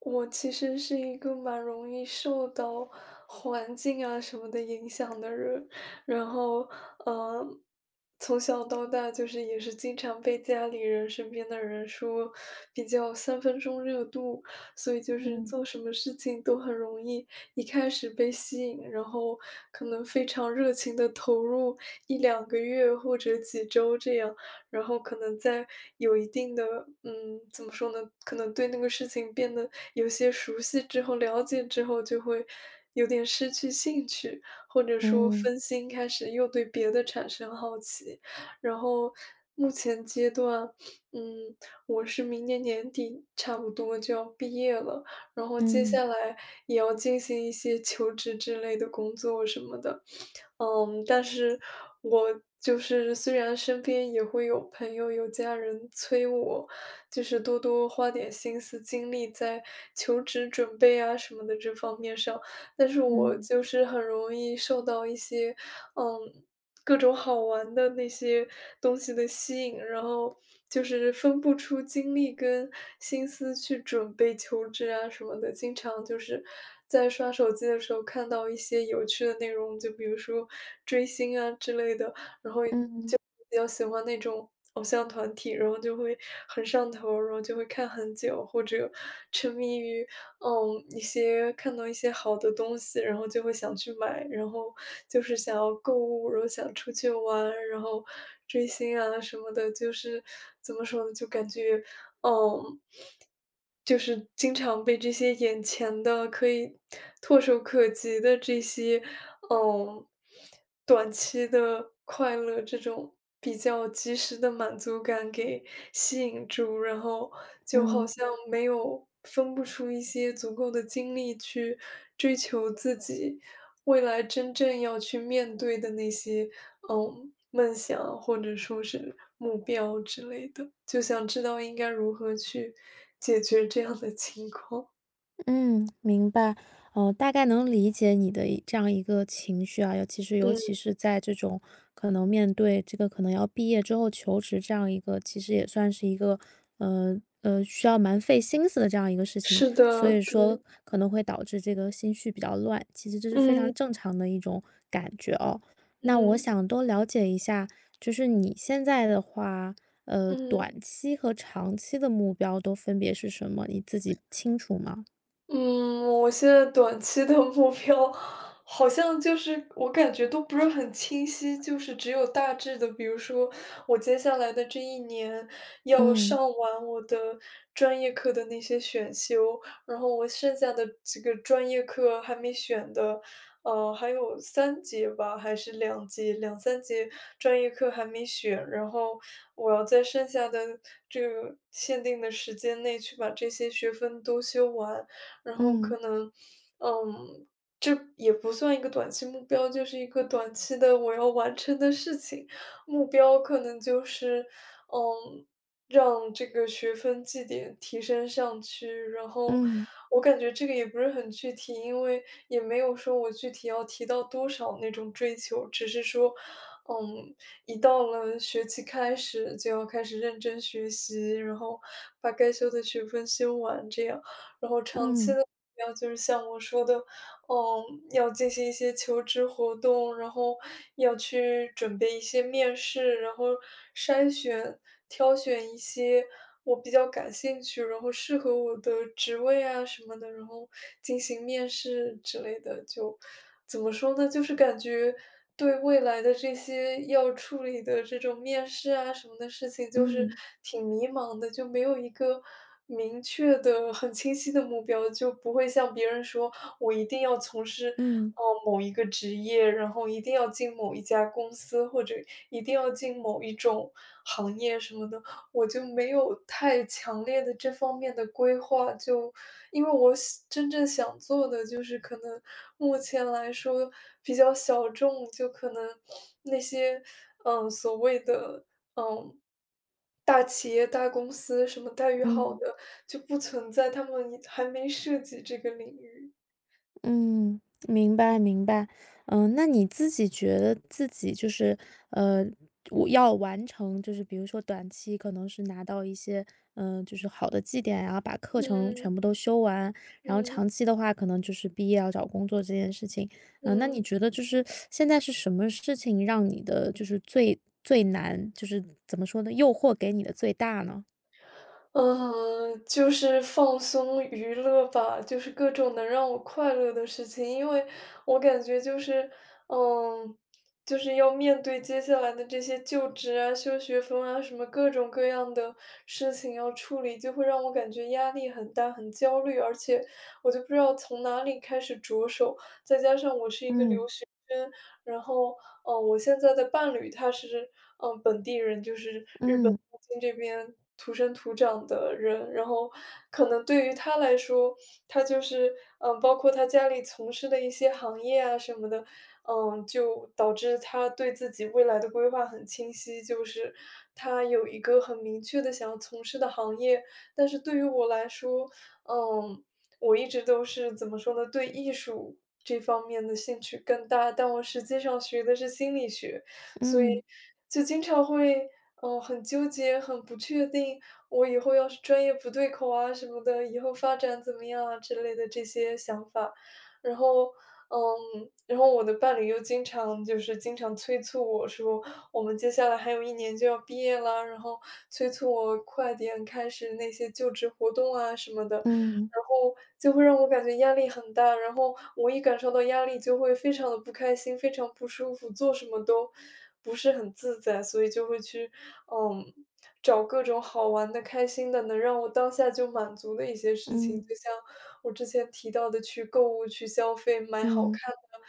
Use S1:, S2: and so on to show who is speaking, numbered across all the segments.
S1: 我其实是一个蛮容易受到环境啊什么的影响的人，然后，呃，从小到大就是也是经常被家里人、身边的人说比较三分钟热度，所以就是
S2: 嗯
S1: 做什么事情都很容易一开始被吸引，然后可能非常热情的投入一两个月或者几周这样，然后可能在有一定的，嗯，怎么说呢，可能对那个事情变得有些熟悉之后、了解之后，就会有点失去兴趣，或者说
S2: 嗯
S1: 分心，开始又对别的产生好奇。然后目前阶段，嗯，我是明年年底差不多就要毕业了，然后接
S2: 嗯
S1: 下来也要进行一些求职之类的工作什么的。嗯，但是我就是虽然身边也会有朋友、有家人催我，就是多多花点心思精力在求职准备啊什么的这方面上。但是我
S2: 嗯
S1: 就是很容易受到一些，嗯，各种好玩的那些东西的吸引，然后就是分不出精力跟心思去准备求职啊什么的。经常就是在刷手机的时候看到一些有趣的内容，就比如说追星啊之类的，然后
S2: 嗯
S1: 比较喜欢那种偶像团体，然后就会很上头，然后就会看很久，或者沉迷于，嗯，一些看到一些好的东西，然后就会想去买，然后就是想要购物，然后想出去玩，然后追星啊什么的，就是怎么说呢，就感觉，嗯，就是经常被这些眼前的可以唾手可及的这些嗯，短期的快乐这种比较及时的满足感给吸引住，然后就好
S2: 嗯。
S1: 像没有分不出一些足够的精力去追求自己未来真正要去面对的那些，嗯，梦想或者说是目标之类的，就想知道应该如何去解决这样的情况。
S2: 嗯，明白。大概能理解你的这样一个情绪啊，尤其是尤
S1: 嗯，
S2: 其是在这种可能面对这个可能要毕业之后求职这样一个，其实也算是一个，需要蛮费心思的这样一个事情，
S1: 是
S2: 所
S1: 的，
S2: 以说
S1: 对，
S2: 可能会导致这个心绪比较乱，其实这是非
S1: 嗯
S2: 常正常的一种感觉哦。那我
S1: 嗯
S2: 想多了解一下，就是你现在的话，
S1: 嗯。
S2: 短期和长期的目标都分别是什么？你自己清楚吗？
S1: 嗯，我现在短期的目标好像就是我感觉都不是很清晰，就是只有大致的，比如说我接下来的这一年要
S2: 嗯
S1: 上完我的专业课的那些选修，然后我剩下的这个专业课还没选的，还有三节吧，还是两节，两三节专业课还没选，然后我要在剩下的这个限定的时间内去把这些学分都修完。然后
S2: 嗯
S1: 可能，嗯，这也不算一个短期目标，就是一个短期的我要完成的事情。目标可能就是，嗯，让这个学分绩点提升上去，然后
S2: 嗯
S1: 我感觉这个也不是很具体，因为也没有说我具体要提到多少那种追求，只是说，嗯，一到了学期开始就要开始认真学习，然后把该修的学分修完，这样。然后长期
S2: 嗯
S1: 的目标就是像我说的，嗯，要进行一些求职活动，然后要去准备一些面试，然后筛选、挑选一些我比较感兴趣，然后适合我的职位啊什么的，然后进行面试之类的，就怎么说呢？就是感觉对未来的这些要处理的这种面试啊什么的事情，就是
S2: 嗯
S1: 挺迷茫的，就没有一个明确的、很清晰的目标，就不会像别人说我一定要从事。
S2: 嗯
S1: 哦，某一个职业，然后一定要进某一家公司，或者一定要进某一种行业什么的，我就没有太强烈的这方面的规划，就因为我想真正想做的就是可能目前来说比较小众，就可能那些，嗯，所谓的，嗯，大企业、大公司什么待遇好
S2: 嗯
S1: 的就不存在，他们还没涉及这个领域。
S2: 嗯，明白明白。嗯，那你自己觉得自己就是，呃，我要完成，就是比如说短期可能是拿到一些，就是好的绩点啊，然后把课程
S1: 嗯，
S2: 全部都修完，然后
S1: 嗯，
S2: 长期的话，可能就是毕业要找工作这件事情。嗯、那你
S1: 嗯。
S2: 觉得就是现在是什么事情让你的就是最难，就是怎么说呢，诱惑给你的最大呢？
S1: 嗯，就是放松娱乐吧，就是各种能让我快乐的事情，因为我感觉就是，嗯，就是要面对接下来的这些就职啊、修学分啊，什么各种各样的事情要处理，就会让我感觉压力很大、很焦虑，而且我就不知道从哪里开始着手。再加上我是一个留
S2: 嗯
S1: 学生，然后哦，我现在的伴侣他是，嗯，本地人，就是日本
S2: 嗯。
S1: 东京这边土生土长的人。然后可能对于他来说，他就是嗯，包括他家里从事的一些行业啊什么的，嗯，就导致他对自己未来的规划很清晰，就是他有一个很明确的想要从事的行业。但是对于我来说，嗯，我一直都是怎么说呢，对艺术这方面的兴趣更大，但我实际上学的是心理学，所以
S2: 嗯
S1: 就经常会，嗯，很纠结、很不确定，我以后要是专业不对口啊什么的，以后发展怎么样啊之类的这些想法。然后，嗯，然后我的伴侣又经常催促我说，我们接下来还有一年就要毕业了，然后催促我快点开始那些就职活动啊什么的。
S2: 嗯
S1: 然后就会让我感觉压力很大，然后我一感受到压力就会非常的不开心，非常不舒服，做什么都不是很自在，所以就会去，嗯，找各种好玩的、开心的，能让我当下就满足的一些事情。就
S2: 嗯
S1: 像我之前提到的去购物、去消费，买好
S2: 嗯
S1: 看的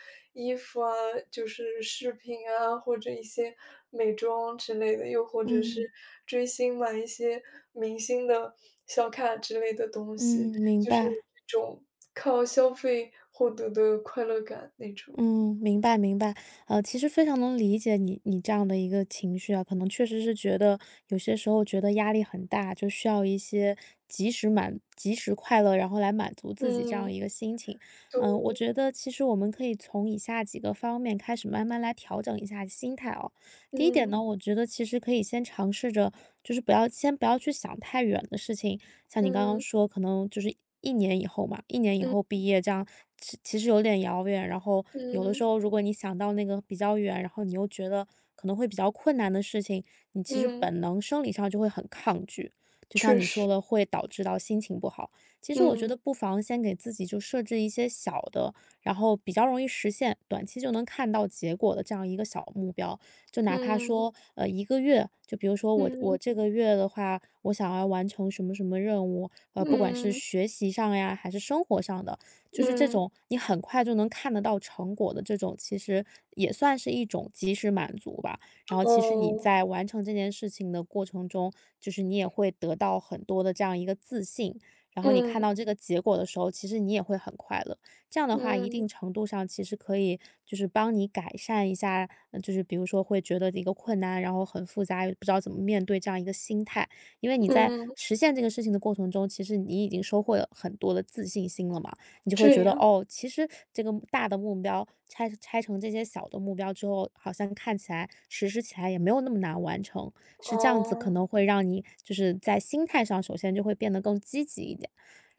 S1: 衣服啊，就是饰品啊，或者一些美妆之类的，又或者是
S2: 嗯
S1: 追星，买一些明星的小卡之类的东西。
S2: 嗯，明
S1: 就是
S2: 白，
S1: 一种靠消费获得的快乐感那种。
S2: 嗯，明白明白。其实非常能理解你这样的一个情绪啊，可能确实是觉得有些时候觉得压力很大，就需要一些及时快乐，然后来满足自己这样
S1: 嗯，
S2: 一个心情。嗯，我
S1: 都，
S2: 觉得其实我们可以从以下几个方面开始慢慢来调整一下心态哦。第一点
S1: 嗯，
S2: 呢，我觉得其实可以先尝试着，就是不要先不要去想太远的事情，像你刚刚
S1: 嗯，
S2: 说，可能就是一年以后毕业这样，其实有点遥远。然后有的时
S1: 嗯，
S2: 候如果你想到那个比较远，然后你又觉得可能会比较困难的事情，你其实
S1: 嗯，
S2: 本能生理上就会很抗拒。就像
S1: 确
S2: 你
S1: 实，
S2: 说的，会导致到心情不好。其实我觉得
S1: 嗯，
S2: 不妨先给自己就设置一些小的，然后比较容易实现，短期就能看到结果的这样一个小目标。就哪怕
S1: 嗯，
S2: 说，一个月，就比如说我
S1: 嗯，
S2: 这个月的话，我想要完成什么什么任务，不管是
S1: 嗯，
S2: 学习上呀，还是生活上的，就是这
S1: 嗯，
S2: 种你很快就能看得到成果的这种，其实也算是一种及时满足吧。然后其实你
S1: 哦，
S2: 在完成这件事情的过程中，就是你也会得到很多的这样一个自信，然后你看到
S1: 嗯，
S2: 这个结果的时候，其实你也会很快乐。这样的话，一
S1: 嗯，
S2: 定程度上其实可以就是帮你改善一下，就是比如说会觉得一个困难，然后很复杂，也不知道怎么面对这样一个心态。因为你在
S1: 嗯，
S2: 实现这个事情的过程中，其实你已经收获了很多的自信心了嘛，你就会
S1: 这
S2: 觉得
S1: 样，
S2: 哦，其实这个大的目标拆成这些小的目标之后，好像看起来实施起来也没有那么难完成，是这样子，可
S1: 哦，
S2: 能会让你就是在心态上首先就会变得更积极一点。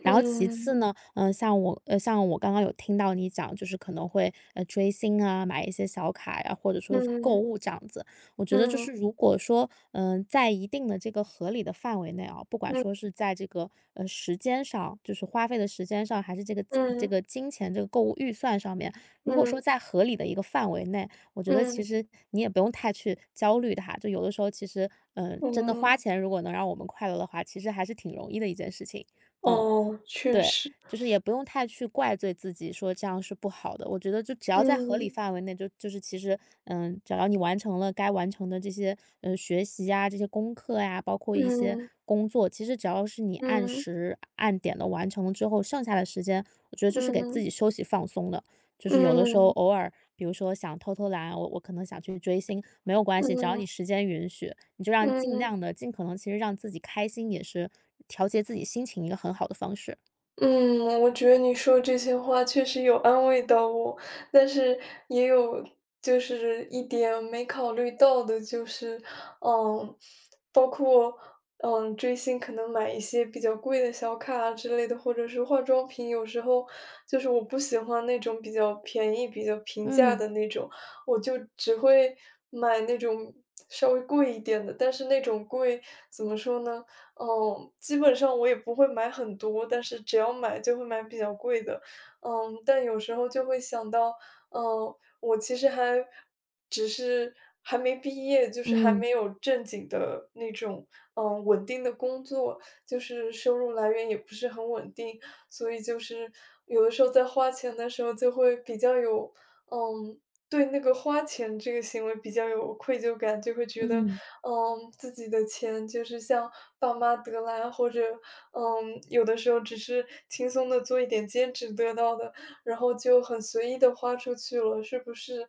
S2: 然后其次
S1: 嗯，
S2: 呢，嗯，像我刚刚有听到你讲，就是可能会追星啊，买一些小卡呀、或者说是购
S1: 嗯，
S2: 物这样子。我觉得就
S1: 嗯，
S2: 是如果说，嗯、在一定的这个合理的范围内啊，不管
S1: 嗯，
S2: 说是在这个时间上，就是花费的时间上，还是这
S1: 嗯，
S2: 个金钱这个购物预算上面，如果
S1: 嗯，
S2: 说在合理的一个范围内，我觉得其
S1: 嗯，
S2: 实你也不用太去焦虑它。就有的时候其实，真的
S1: 嗯，
S2: 花钱如果能让我们快乐的话，其实还是挺容易的一件事情。嗯。
S1: 哦，确
S2: 对，
S1: 实，
S2: 就是也不用太去怪罪自己，说这样是不好的。我觉得就只要在合理
S1: 嗯，
S2: 范围内，就是其实，嗯，只要你完成了该完成的这些，学习呀、这些功课呀，包括一些
S1: 嗯，
S2: 工作，其实只要是你按
S1: 嗯，
S2: 时按点的完成了之后，剩下的时间，我觉得就是给自
S1: 嗯，
S2: 己休息放松的。就是有的时候
S1: 嗯，
S2: 偶尔，比如说想偷偷懒，我可能想去追星，没有关系，只要你
S1: 嗯，
S2: 时间允许，你就让尽
S1: 嗯。
S2: 量的、尽可能，其实让自己开心也是调节自己心情一个很好的方式。
S1: 嗯，我觉得你说这些话确实有安慰到我，但是也有就是一点没考虑到的，就是嗯，包括嗯追星可能买一些比较贵的小卡啊之类的，或者是化妆品，有时候就是我不喜欢那种比较便宜、比较平价
S2: 嗯，
S1: 的那种，我就只会买那种稍微贵一点的，但是那种贵怎么说呢？嗯，基本上我也不会买很多，但是只要买就会买比较贵的。嗯，但有时候就会想到，嗯，我其实还只是还没毕业，就是还
S2: 嗯，
S1: 没有正经的那种，嗯，稳定的工作，就是收入来源也不是很稳定，所以就是有的时候在花钱的时候就会比较有，嗯，对那个花钱这个行为比较有愧疚感，就会觉得
S2: 嗯，
S1: 嗯，自己的钱就是像爸妈得来，或者，嗯，有的时候只是轻松的做一点兼职得到的，然后就很随意的花出去了，是不是，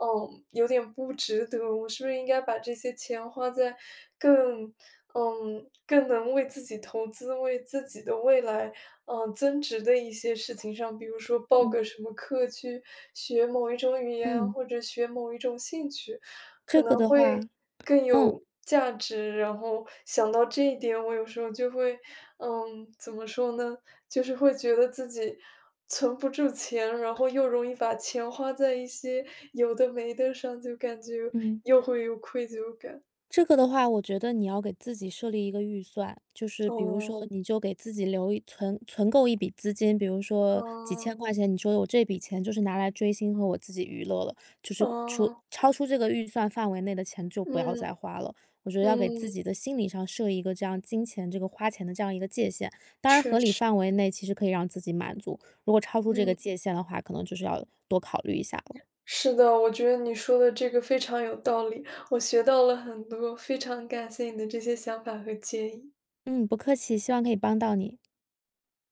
S1: 嗯，有点不值得？我是不是应该把这些钱花在更嗯，更能为自己投资，为自己的未来，嗯，增值的一些事情上，比如说报
S2: 嗯，
S1: 个什么课去学某一种语言，
S2: 嗯，
S1: 或者学某一种兴趣，可
S2: 这个
S1: 能
S2: 的话
S1: 会更
S2: 嗯，
S1: 有价值，然后想到这一点，我有时候就会，嗯，怎么说呢？就是会觉得自己存不住钱，然后又容易把钱花在一些有的没的上，就感觉
S2: 嗯。
S1: 又会有愧疚感。
S2: 这个的话，我觉得你要给自己设立一个预算，就是比如
S1: 哦，
S2: 说，嗯你就给自己存够一笔资金，比如说几
S1: 嗯
S2: 千块钱，你说我这笔钱就是拿来追星和我自己娱乐了，就是
S1: 哦，
S2: 超出这个预算范围内的钱就不要
S1: 嗯，
S2: 再花了。我觉得要给
S1: 嗯，
S2: 自己的心理上设一个这样金钱这个花钱的这样一个界限，当然
S1: 确
S2: 合理
S1: 实，
S2: 范围内其实可以让自己满足，如果超出这个
S1: 嗯，
S2: 界限的话，可能就是要多考虑一下了。
S1: 是的，我觉得你说的这个非常有道理，我学到了很多，非常感谢你的这些想法和建议。
S2: 嗯，不客气，希望可以帮到你。